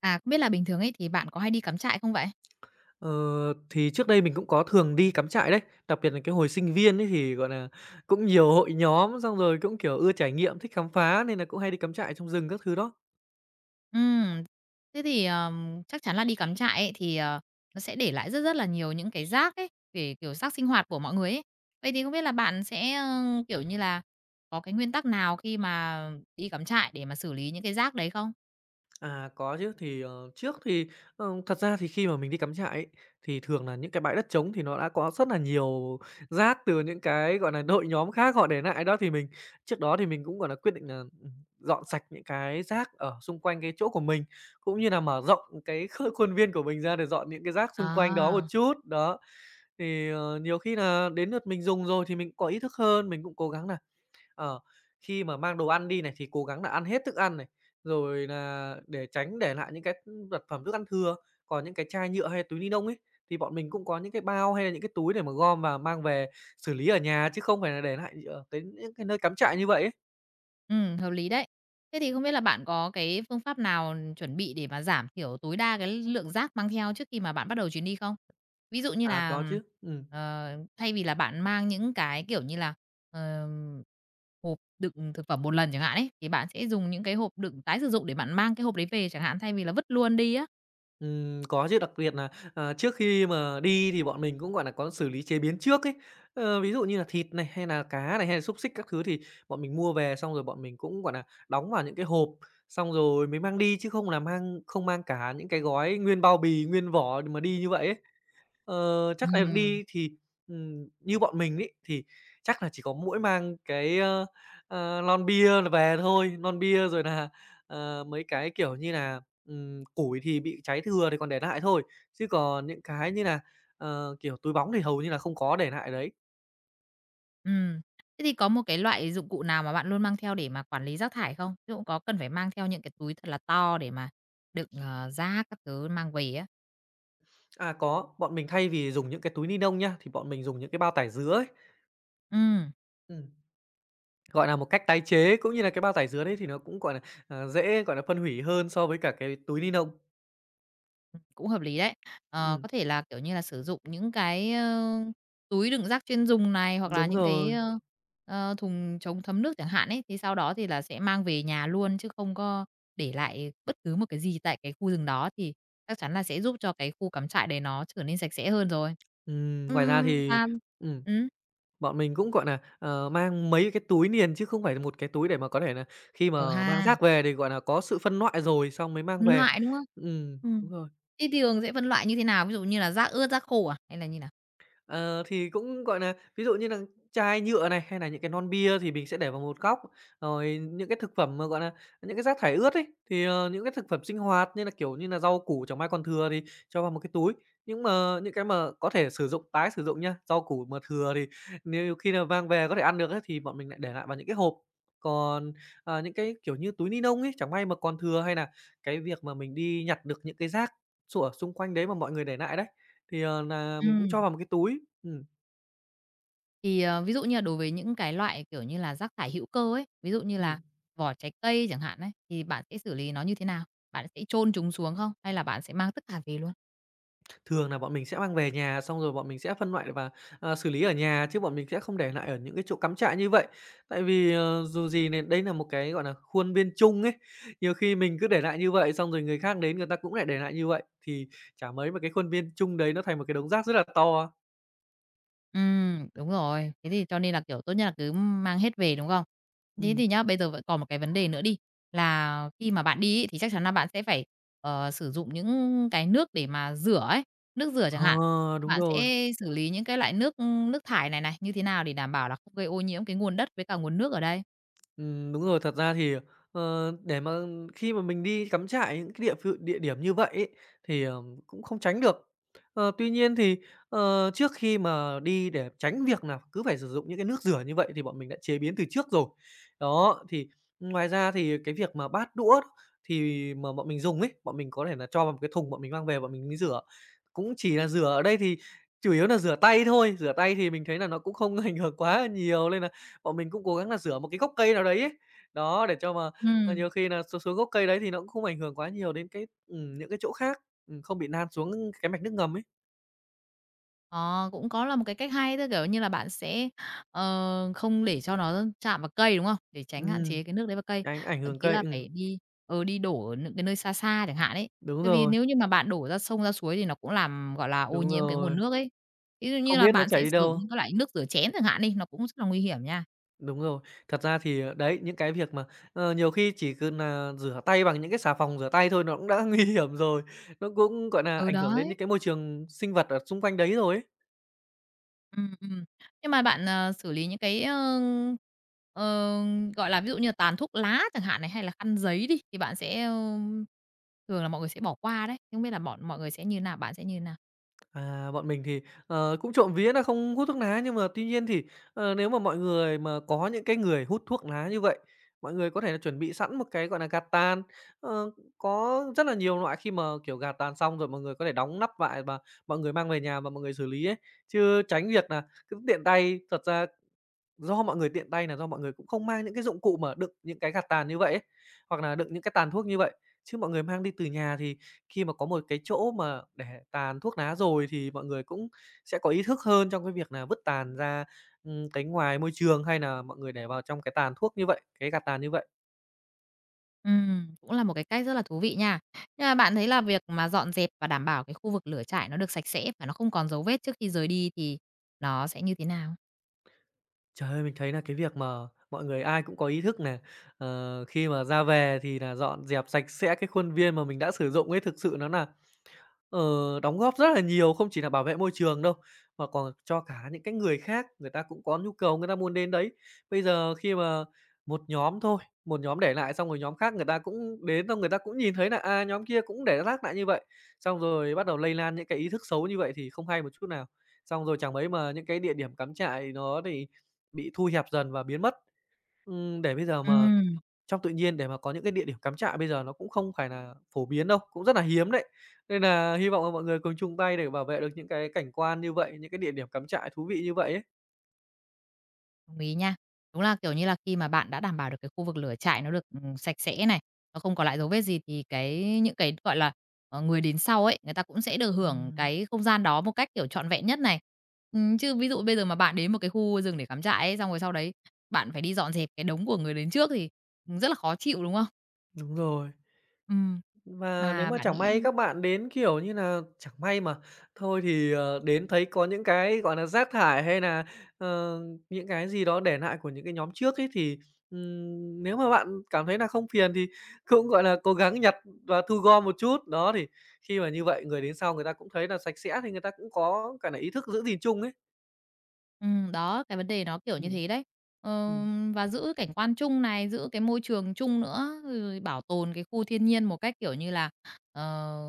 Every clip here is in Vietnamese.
À, không biết là bình thường ấy thì bạn có hay đi cắm trại không vậy? Ờ, thì trước đây mình cũng có thường đi cắm trại đấy, đặc biệt là cái hồi sinh viên ấy thì, gọi là cũng nhiều hội nhóm, xong rồi cũng, kiểu, ưa trải nghiệm, thích khám phá nên là cũng hay đi cắm trại trong rừng các thứ đó. Ừm, thế thì, chắc chắn là đi cắm trại ấy thì, nó sẽ để lại rất rất là nhiều những cái rác ấy, kiểu rác sinh hoạt của mọi người ấy. Vậy thì không biết là bạn sẽ, kiểu như là, có cái nguyên tắc nào khi mà đi cắm trại để mà xử lý những cái rác đấy không? À, có chứ. Thì, trước thì, thật ra thì khi mà mình đi cắm trại ấy, thì thường là những cái bãi đất trống thì nó đã có rất là nhiều rác từ những cái, gọi là đội nhóm khác họ để lại đó. Thì mình trước đó thì mình cũng, gọi là quyết định là dọn sạch những cái rác ở xung quanh cái chỗ của mình, cũng như là mở rộng cái khuôn viên của mình ra để dọn những cái rác xung quanh đó một À. chút. Đó, thì, nhiều khi là đến lượt mình dùng rồi thì mình có ý thức hơn, mình cũng cố gắng nà Ờ, khi mà mang đồ ăn đi này thì cố gắng là ăn hết thức ăn này, rồi là để tránh để lại những cái, vật phẩm thức ăn thừa. Còn những cái chai nhựa hay túi ni lông ấy, thì bọn mình cũng có những cái bao hay là những cái túi để mà gom và mang về xử lý ở nhà, chứ không phải là để lại ở cái những cái nơi cắm trại như vậy ấy. Hợp lý đấy. Thế thì không biết là bạn có cái phương pháp nào chuẩn bị để mà giảm thiểu tối đa cái lượng rác mang theo trước khi mà bạn bắt đầu chuyến đi không? Ví dụ như À, là, ờ, thay vì là bạn mang những cái, kiểu như là, ờm, hộp đựng thực phẩm một lần chẳng hạn ấy, thì bạn sẽ dùng những cái hộp đựng tái sử dụng để bạn mang cái hộp đấy về chẳng hạn, thay vì là vứt luôn đi á. Có chứ, đặc biệt là à, trước khi mà đi thì bọn mình cũng, gọi là có xử lý chế biến trước ấy. Ờ, ví dụ như là thịt này, hay là cá này, hay là xúc xích các thứ thì bọn mình mua về xong rồi bọn mình cũng, gọi là đóng vào những cái hộp, xong rồi mới mang đi chứ không là mang không mang cả những cái gói nguyên bao bì, nguyên vỏ mà đi như vậy ấy. Ờ, chắc là Ừm. đi thì, như bọn mình ấy, thì chắc là chỉ có mỗi mang cái, lon bia là về thôi, lon bia rồi là mấy cái, kiểu như là củi thì bị cháy thừa thì còn để lại thôi, chứ còn những cái như là kiểu, túi bóng thì hầu như là không có để lại đấy. Ừm. Thế thì có một cái loại dụng cụ nào mà bạn luôn mang theo để mà quản lý rác thải không? Ví dụ có cần phải mang theo những cái túi thật là to để mà đựng, rác các thứ mang về á? À, có, bọn mình thay vì dùng những cái túi ni lông nhá, thì bọn mình dùng những cái bao tải dứa ấy, Ừm, ừm, gọi là, một cách tái chế, cũng như là cái bao tải dứa đấy thì nó cũng, gọi là, dễ, gọi là, phân hủy hơn so với cả cái túi ni lông. cũng hợp lý đấy. Ừm, Có thể là, kiểu như là, sử dụng những cái, túi đựng rác chuyên dùng này, hoặc là đúng những cái, rồi. Thùng chống thấm nước chẳng hạn ấy, thì sau đó thì là sẽ mang về nhà luôn chứ không có để lại bất cứ một cái gì tại cái khu rừng đó, thì chắc chắn là sẽ giúp cho cái khu cắm trại đấy nó trở nên sạch sẽ hơn rồi. Ngoài ra thì Và ừm, ừm, bọn mình cũng, gọi nà, mang mấy cái túi niền chứ không phải là một cái túi để mà có thể nà khi ờ mà mang ha, rác về thì, gọi nà, có sự phân loại rồi xong mới mang phân về. loại, đúng không? Ừm. Đúng rồi. Thế thường sẽ phân loại như thế nào? Ví dụ như là rác ướt, rác khô à, hay là như nào? Ờ, thì cũng, gọi là ví dụ như là chai nhựa này, hay là những cái non bia thì mình sẽ để vào một góc. Rồi những cái thực phẩm mà, gọi là những cái rác thải ướt ấy, thì, những cái thực phẩm sinh hoạt như là, kiểu như là rau củ chẳng may còn thừa thì cho vào một cái túi. Nhưng mà những cái mà có thể sử dụng, tái sử dụng nha, rau củ mà thừa thì nếu khi nào mang về có thể ăn được ấy, thì bọn mình lại để lại vào những cái hộp. Còn, những cái, kiểu như, túi ni lông ấy, chẳng may mà còn thừa hay là cái việc mà mình đi nhặt được những cái rác xủa xung quanh đấy mà mọi người để lại đấy, thì, nà mình cũng cho Ừm. vào một cái túi. Ừm. Thì, ví dụ như là đối với những cái loại, kiểu như là, rác thải hữu cơ ấy, ví dụ như là Ừm. vỏ trái cây chẳng hạn ấy, thì bạn sẽ xử lý nó như thế nào? Bạn sẽ chôn chúng xuống không? Hay là bạn sẽ mang tất cả về luôn? Thường là bọn mình sẽ mang về nhà, xong rồi bọn mình sẽ phân loại và, xử lý ở nhà, chứ bọn mình sẽ không để lại ở những cái chỗ cắm trại như vậy. Tại vì, dù gì này đây là một cái, gọi là khuôn viên chung ấy, nhiều khi mình cứ để lại như vậy, xong rồi người khác đến người ta cũng lại để lại như vậy, thì chả mấy mà cái khuôn viên chung đấy nó thành một cái đống rác rất là to. Đúng rồi. Thế thì cho nên là, kiểu, tốt nhất là cứ mang hết về, đúng không? Thế Ừm. thì nhá, bây giờ vẫn còn một cái vấn đề nữa đi, là khi mà bạn đi ấy, thì chắc chắn là bạn sẽ phải, sử dụng những cái nước để mà rửa ấy, nước rửa chẳng hạn. Ờ, đúng Bạn rồi. sẽ xử lý những cái loại nước thải này này như thế nào để đảm bảo là không gây ô nhiễm cái nguồn đất với cả nguồn nước ở đây? Đúng rồi. Thật ra thì, để mà khi mà mình đi cắm trại những cái địa điểm như vậy ấy, thì, cũng không tránh được. Ờ, tuy nhiên thì, trước khi mà đi để tránh việc là cứ phải sử dụng những cái nước rửa như vậy thì bọn mình đã chế biến từ trước rồi. Đó, thì ngoài ra thì cái việc mà bát đũa thì mà bọn mình dùng ấy, bọn mình có thể là cho vào một cái thùng bọn mình mang về bọn mình mới rửa. Cũng chỉ là rửa ở đây thì chủ yếu là rửa tay thôi, rửa tay thì mình thấy là nó cũng không ảnh hưởng quá là nhiều nên là bọn mình cũng cố gắng là rửa một cái gốc cây nào đấy ấy. Đó, để cho mà, Ừm. nhiều khi nà xuống xuống gốc cây đấy thì nó cũng không ảnh hưởng quá nhiều đến cái những cái chỗ khác, không bị nan xuống cái mạch nước ngầm ấy. Ờ, Cũng có là một cái cách hay, theo kiểu như là, bạn sẽ, không để cho nó chạm vào cây, đúng không? Để tránh hạn Ừm, chế cái nước đấy vào cây. ảnh ảnh Thậm hưởng chí cây, là phải đi đổ ở những cái nơi xa xa chẳng hạn ấy. đúng Tại vì rồi, nếu như mà bạn đổ ra sông, ra suối thì nó cũng làm, gọi là, ô đúng nhiễm cái nguồn rồi, nước ấy. Ví dụ như không là biết nó bạn sẽ chảy đi sử dụng đâu. những cái loại nước rửa chén chẳng hạn đi, nó cũng rất là nguy hiểm nha. Đúng rồi, thật ra thì, đấy, những cái việc mà, nhiều khi chỉ cần nà rửa tay bằng những cái xà phòng rửa tay thôi nó cũng đã nguy hiểm rồi, nó cũng, gọi nà, Ừ, ảnh hưởng đến đấy. những cái môi trường sinh vật ở xung quanh đấy rồi ấy. Ừm, ừm. Nhưng mà bạn, xử lý những cái, ờ, gọi là, ví dụ như là tàn thuốc lá chẳng hạn này, hay là khăn giấy đi, thì bạn sẽ, thường là mọi người sẽ bỏ qua đấy, thì không biết là bọn mọi người sẽ như nào, bạn sẽ như nào? À, bọn mình thì, cũng trộm vía là không hút thuốc lá, nhưng mà tuy nhiên thì, nếu mà mọi người mà có những cái người hút thuốc lá như vậy, mọi người có thể là chuẩn bị sẵn một cái, gọi là gạt tàn. Ờ, có rất là nhiều loại khi mà, kiểu, gạt tàn xong rồi mọi người có thể đóng nắp lại và mọi người mang về nhà và mọi người xử lý ấy, chứ tránh việc là cứ tiện tay, thật ra do mọi người tiện tay là do mọi người cũng không mang những cái dụng cụ mà đựng những cái gạt tàn như vậy ấy, hoặc là đựng những cái tàn thuốc như vậy. Chứ mọi người mang đi từ nhà thì khi mà có một cái chỗ mà để tàn thuốc lá rồi thì mọi người cũng sẽ có ý thức hơn trong cái việc là vứt tàn ra, cái ngoài môi trường hay là mọi người để vào trong cái tàn thuốc như vậy, cái gạt tàn như vậy. Cũng là một cái cách rất là thú vị nha. Nhưng mà bạn thấy là việc mà dọn dẹp và đảm bảo cái khu vực lửa trại nó được sạch sẽ và nó không còn dấu vết trước khi rời đi thì nó sẽ như thế nào? Trời ơi, mình thấy là cái việc mà mọi người ai cũng có ý thức này khi mà ra về thì là dọn dẹp sạch sẽ cái khuôn viên mà mình đã sử dụng ấy, thực sự nó là ờ, đóng góp rất là nhiều, không chỉ là bảo vệ môi trường đâu, mà còn cho cả những cái người khác, người ta cũng có nhu cầu người ta muốn đến đấy. Bây giờ khi mà một nhóm thôi, một nhóm để lại xong rồi nhóm khác người ta cũng đến, xong người ta cũng nhìn thấy là à, nhóm kia cũng để rác lại như vậy, xong rồi bắt đầu lây lan những cái ý thức xấu như vậy thì không hay một chút nào. Xong rồi chẳng mấy mà những cái địa điểm cắm trại nó thì bị thu hẹp dần và biến mất. Để bây giờ mà Ừm. trong tự nhiên để mà có những cái địa điểm cắm trại bây giờ nó cũng không phải là phổ biến đâu, cũng rất là hiếm đấy. Nên là hy vọng là mọi người cùng chung tay để bảo vệ được những cái cảnh quan như vậy, những cái địa điểm cắm trại thú vị như vậy ấy. Đồng ý nha. Đúng là, kiểu như là, khi mà bạn đã đảm bảo được cái khu vực lửa trại nó được, sạch sẽ này, nó không còn lại dấu vết gì thì những cái, gọi là, người đến sau ấy, người ta cũng sẽ được hưởng Ừm. cái không gian đó một cách, kiểu, trọn vẹn nhất này. Chứ ví dụ bây giờ mà bạn đến một cái khu rừng để cắm trại ấy, xong rồi sau đấy bạn phải đi dọn dẹp cái đống của người đến trước thì, rất là khó chịu, đúng không? Đúng rồi. Ừ. Và nếu mà mà bạn chẳng may nghĩ các bạn đến, kiểu như là chẳng may mà thôi thì, đến thấy có những cái, gọi là rác thải hay là ờ, những cái gì đó để lại của những cái nhóm trước ấy, thì, nếu mà bạn cảm thấy là không phiền thì cũng, gọi là, cố gắng nhặt và thu gom một chút. Đó, thì khi mà như vậy người đến sau người ta cũng thấy là sạch sẽ thì người ta cũng có cả nà ý thức giữ gìn chung ấy. Đó, cái vấn đề nó kiểu như Ừm. thế đấy. Ừm. Và giữ cảnh quan chung này, giữ cái môi trường chung nữa, rồi bảo tồn cái khu thiên nhiên một cách, kiểu như là, ờ,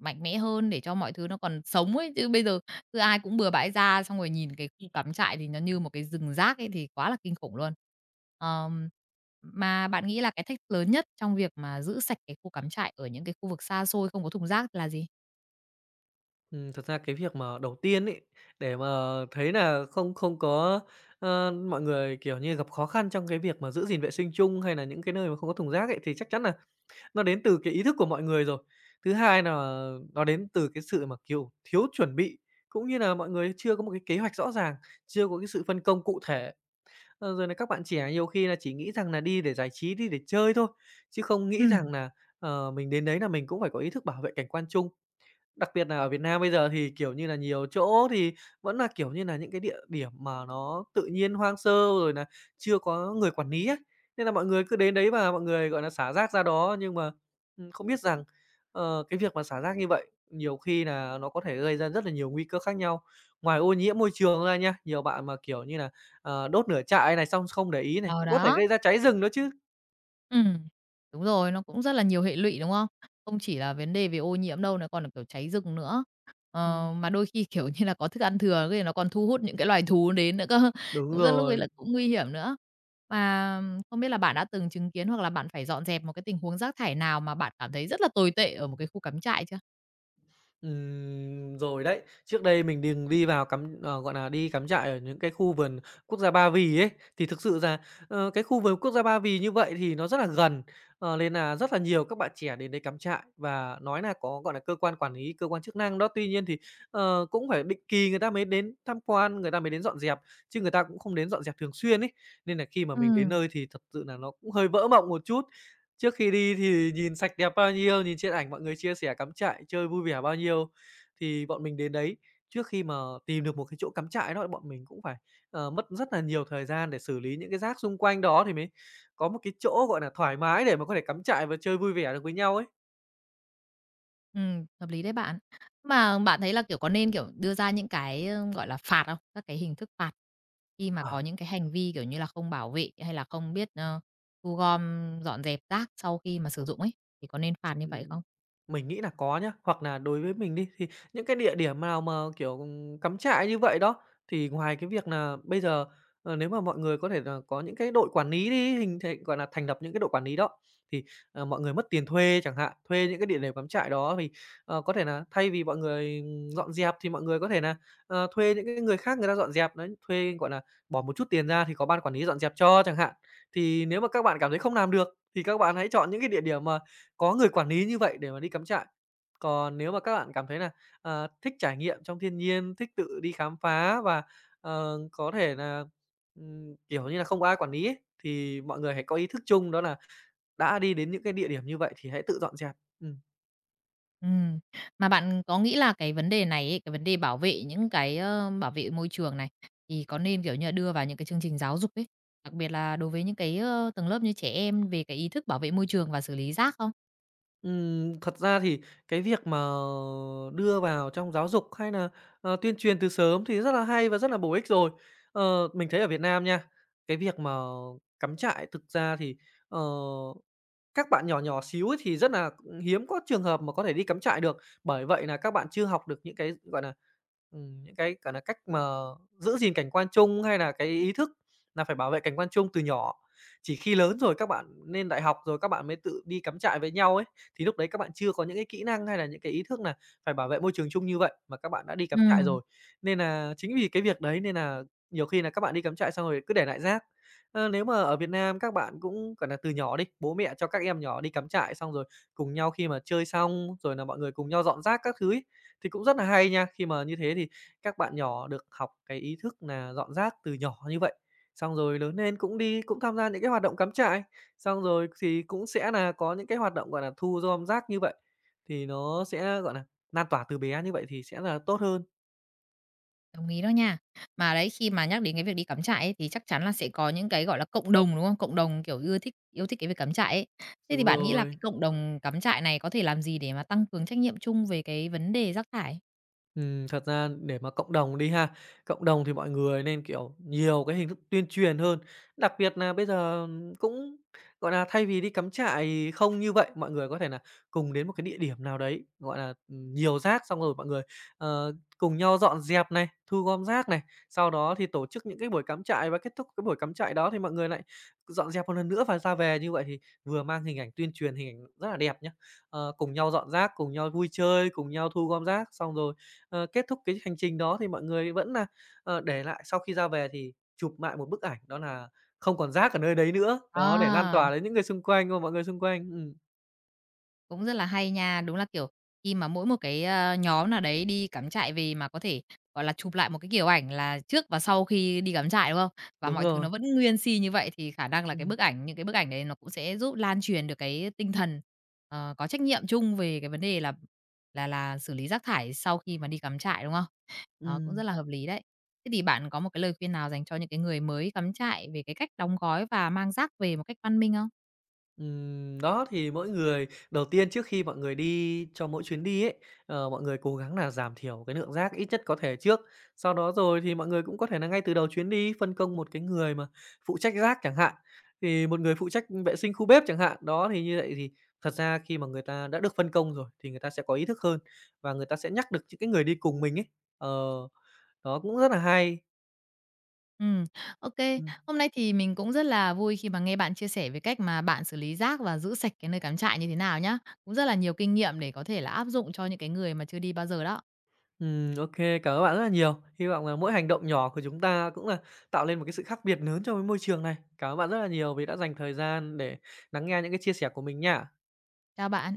mạnh mẽ hơn để cho mọi thứ nó còn sống ấy, chứ bây giờ cứ ai cũng bừa bãi ra xong rồi nhìn cái khu cắm trại thì nó như một cái rừng rác ấy thì quá là kinh khủng luôn. Ờm, mà bạn nghĩ là cái thách thức lớn nhất trong việc mà giữ sạch cái khu cắm trại ở những cái khu vực xa xôi không có thùng rác là gì? Thật ra cái việc mà đầu tiên ấy, để mà thấy là không không có, mọi người, kiểu như, gặp khó khăn trong cái việc mà giữ gìn vệ sinh chung hay là những cái nơi mà không có thùng rác ấy, thì chắc chắn là nó đến từ cái ý thức của mọi người rồi. Thứ hai là nó đến từ cái sự mà, kiểu, thiếu chuẩn bị, cũng như là mọi người chưa có một cái kế hoạch rõ ràng, chưa có cái sự phân công cụ thể. Rồi là các bạn trẻ nhiều khi là chỉ nghĩ rằng là đi để giải trí, đi để chơi thôi, chứ không nghĩ Ừ, rằng là mình đến đấy là mình cũng phải có ý thức bảo vệ cảnh quan chung. Đặc biệt nà ở Việt Nam bây giờ thì, kiểu như nà, nhiều chỗ thì vẫn nà, kiểu như nà, những cái địa điểm mà nó tự nhiên hoang sơ rồi nà chưa có người quản lý á, nên là mọi người cứ đến đấy và mọi người, gọi nà, xả rác ra đó. Nhưng mà, không biết rằng, cái việc mà xả rác như vậy nhiều khi nà nó có thể gây ra rất là nhiều nguy cơ khác nhau. Ngoài ô nhiễm môi trường ra nha, nhiều bạn mà, kiểu như nà, đốt nửa trại này xong không để ý này, ờ, cũng có thể đó. gây ra cháy rừng nữa chứ. Ừ, đúng rồi, nó cũng rất là nhiều hệ lụy, đúng không? Không chỉ là vấn đề về ô nhiễm đâu, nó còn là, kiểu, cháy rừng nữa. Ừm. Mà đôi khi, kiểu như là, có thức ăn thừa cái nó còn thu hút những cái loài thú đến nữa cơ, Đúng cũng rất lúc ấy là rồi. cũng nguy hiểm nữa. Mà không biết là bạn đã từng chứng kiến hoặc là bạn phải dọn dẹp một cái tình huống rác thải nào mà bạn cảm thấy rất là tồi tệ ở một cái khu cắm trại chưa? Rồi đấy. Trước đây mình đừng đi vào gọi là đi cắm trại ở những cái khu vườn quốc gia Ba Vì ấy, thì thực sự là, cái khu vườn quốc gia Ba Vì như vậy thì nó rất là gần, nên là rất là nhiều các bạn trẻ đến đấy cắm trại và nói là có, gọi là cơ quan quản lý, cơ quan chức năng đó. Tuy nhiên thì, cũng phải định kỳ người ta mới đến tham quan, người ta mới đến dọn dẹp, chứ người ta cũng không đến dọn dẹp thường xuyên ấy. Nên là khi mà mình đến Ừm. nơi thì thật sự là nó cũng hơi vỡ mộng một chút. Trước khi đi thì nhìn sạch đẹp bao nhiêu, nhìn trên ảnh mọi người chia sẻ cắm trại chơi vui vẻ bao nhiêu, thì bọn mình đến đấy. Trước khi mà tìm được một cái chỗ cắm trại đó, bọn mình cũng phải, mất rất là nhiều thời gian để xử lý những cái rác xung quanh đó thì mới có một cái chỗ, gọi là thoải mái để mà có thể cắm trại và chơi vui vẻ được với nhau ấy. Hợp lý đấy bạn. Mà bạn thấy là, kiểu, có nên, kiểu, đưa ra những cái, gọi là, phạt không? Các cái hình thức phạt khi mà có Ờ. những cái hành vi, kiểu như là, không bảo vệ hay là không biết, thu gom, dọn dẹp rác sau khi mà sử dụng ấy, thì có nên phạt như vậy Ừm, không? mình nghĩ là có nhá. Hoặc là đối với mình đi, thì những cái địa điểm nào mà, kiểu, cắm trại như vậy đó, thì ngoài cái việc là bây giờ, nếu mà mọi người có thể là có những cái đội quản lý đi, hình thành gọi là, thành lập những cái đội quản lý đó, thì, mọi người mất tiền thuê chẳng hạn, thuê những cái địa điểm cắm trại đó thì, có thể là thay vì mọi người, dọn dẹp thì mọi người có thể là thuê những cái người khác người ta dọn dẹp đấy, thuê, gọi là, bỏ một chút tiền ra thì có ban quản lý dọn dẹp cho chẳng hạn. Thì nếu mà các bạn cảm thấy không làm được thì các bạn hãy chọn những cái địa điểm mà có người quản lý như vậy để mà đi cắm trại. Còn nếu mà các bạn cảm thấy là thích trải nghiệm trong thiên nhiên, thích tự đi khám phá và, có thể là kiểu như là, không có ai quản lý ấy, thì mọi người hãy có ý thức chung đó là đã đi đến những cái địa điểm như vậy thì hãy tự dọn dẹp. Ừm. Ừ. Mà bạn có nghĩ là cái vấn đề này ấy, cái vấn đề bảo vệ những cái, bảo vệ môi trường này, thì có nên, kiểu như là, đưa vào những cái chương trình giáo dục ấy, đặc biệt là đối với những cái, tầng lớp như trẻ em về cái ý thức bảo vệ môi trường và xử lý rác không? Thật ra thì cái việc mà đưa vào trong giáo dục hay là tuyên truyền từ sớm thì rất là hay và rất là bổ ích rồi. Mình thấy ở Việt Nam nha, cái việc mà cắm trại thực ra thì, ờ Các bạn nhỏ nhỏ xíu ấy thì rất là hiếm có trường hợp mà có thể đi cắm trại được, bởi vậy là các bạn chưa học được những cái, gọi là những cái, gọi là cách mà giữ gìn cảnh quan chung hay là cái ý thức là phải bảo vệ cảnh quan chung từ nhỏ. Chỉ khi lớn rồi các bạn lên đại học rồi các bạn mới tự đi cắm trại với nhau ấy, thì lúc đấy các bạn chưa có những cái kỹ năng hay là những cái ý thức là phải bảo vệ môi trường chung như vậy, mà các bạn đã đi cắm trại Ừ. rồi. Nên là chính vì cái việc đấy nên là nhiều khi là các bạn đi cắm trại xong rồi cứ để lại rác. Nếu mà ở Việt Nam các bạn cũng, gọi là từ nhỏ đi, bố mẹ cho các em nhỏ đi cắm trại xong rồi cùng nhau khi mà chơi xong, rồi là mọi người cùng nhau dọn rác các thứ ấy, thì cũng rất là hay nha. Khi mà như thế thì các bạn nhỏ được học cái ý thức là dọn rác từ nhỏ như vậy, xong rồi lớn lên cũng đi cũng tham gia những cái hoạt động cắm trại, xong rồi thì cũng sẽ là có những cái hoạt động, gọi là thu gom rác như vậy, thì nó sẽ, gọi là lan tỏa từ bé như vậy thì sẽ là tốt hơn. Đồng ý đó nha. Mà đấy, khi mà nhắc đến cái việc đi cắm trại ấy, thì chắc chắn là sẽ có những cái, gọi là, cộng đồng, đúng không? Cộng đồng, kiểu, ưa thích yêu thích cái việc cắm trại ấy. Thế thì Đúng bạn nghĩ là rồi. cái cộng đồng cắm trại này có thể làm gì để mà tăng cường trách nhiệm chung về cái vấn đề rác thải? Thật ra để mà cộng đồng đi ha, cộng đồng thì mọi người nên, kiểu, nhiều cái hình thức tuyên truyền hơn. Đặc biệt là bây giờ cũng, gọi là thay vì đi cắm trại không như vậy, mọi người có thể là cùng đến một cái địa điểm nào đấy, gọi là, nhiều rác xong rồi mọi người, cùng nhau dọn dẹp này, thu gom rác này, sau đó thì tổ chức những cái buổi cắm trại và kết thúc cái buổi cắm trại đó thì mọi người lại dọn dẹp một lần nữa và ra về. Như vậy thì vừa mang hình ảnh tuyên truyền, hình ảnh rất là đẹp nhá. Cùng nhau dọn rác, cùng nhau vui chơi, cùng nhau thu gom rác, xong rồi kết thúc cái hành trình đó thì mọi người vẫn là để lại sau khi ra về thì chụp lại một bức ảnh đó là không còn rác ở nơi đấy nữa, đó, để lan À! tỏa đến những người xung quanh, đúng không? Mọi người xung quanh. Cũng rất là hay nha. Đúng là, kiểu, khi mà mỗi một cái, nhóm nào đấy đi cắm trại về mà có thể, gọi là, chụp lại một cái kiểu ảnh là trước và sau khi đi cắm trại, đúng không? Và Đúng mọi thứ nó rồi. vẫn nguyên si như vậy thì khả năng là cái Ừm, bức ảnh những cái bức ảnh đấy nó cũng sẽ giúp lan truyền được cái tinh thần, có trách nhiệm chung về cái vấn đề là xử lý rác thải sau khi mà đi cắm trại, đúng không? Đó, cũng rất ừm. là hợp lý đấy. Thế thì bạn có một cái lời khuyên nào dành cho những cái người mới cắm trại về cái cách đóng gói và mang rác về một cách văn minh không? Đó, thì mỗi người đầu tiên trước khi mọi người đi cho mỗi chuyến đi ấy, mọi người cố gắng là giảm thiểu cái lượng rác ít nhất có thể trước. Sau đó rồi thì mọi người cũng có thể là ngay từ đầu chuyến đi phân công một cái người mà phụ trách rác chẳng hạn, thì một người phụ trách vệ sinh khu bếp chẳng hạn. Đó, thì như vậy thì thật ra khi mà người ta đã được phân công rồi thì người ta sẽ có ý thức hơn và người ta sẽ nhắc được những cái người đi cùng mình ấy. Ờ, đó cũng rất là hay. Ừm, OK. Hôm nay thì mình cũng rất là vui khi mà nghe bạn chia sẻ về cách mà bạn xử lý rác và giữ sạch cái nơi cắm trại như thế nào nhá. Cũng rất là nhiều kinh nghiệm để có thể là áp dụng cho những cái người mà chưa đi bao giờ đó. Ô, cảm ơn bạn rất là nhiều. Hy vọng là mỗi hành động nhỏ của chúng ta cũng là tạo lên một cái sự khác biệt lớn trong cái môi trường này. Cảm ơn bạn rất là nhiều vì đã dành thời gian để lắng nghe những cái chia sẻ của mình nha. Chào bạn.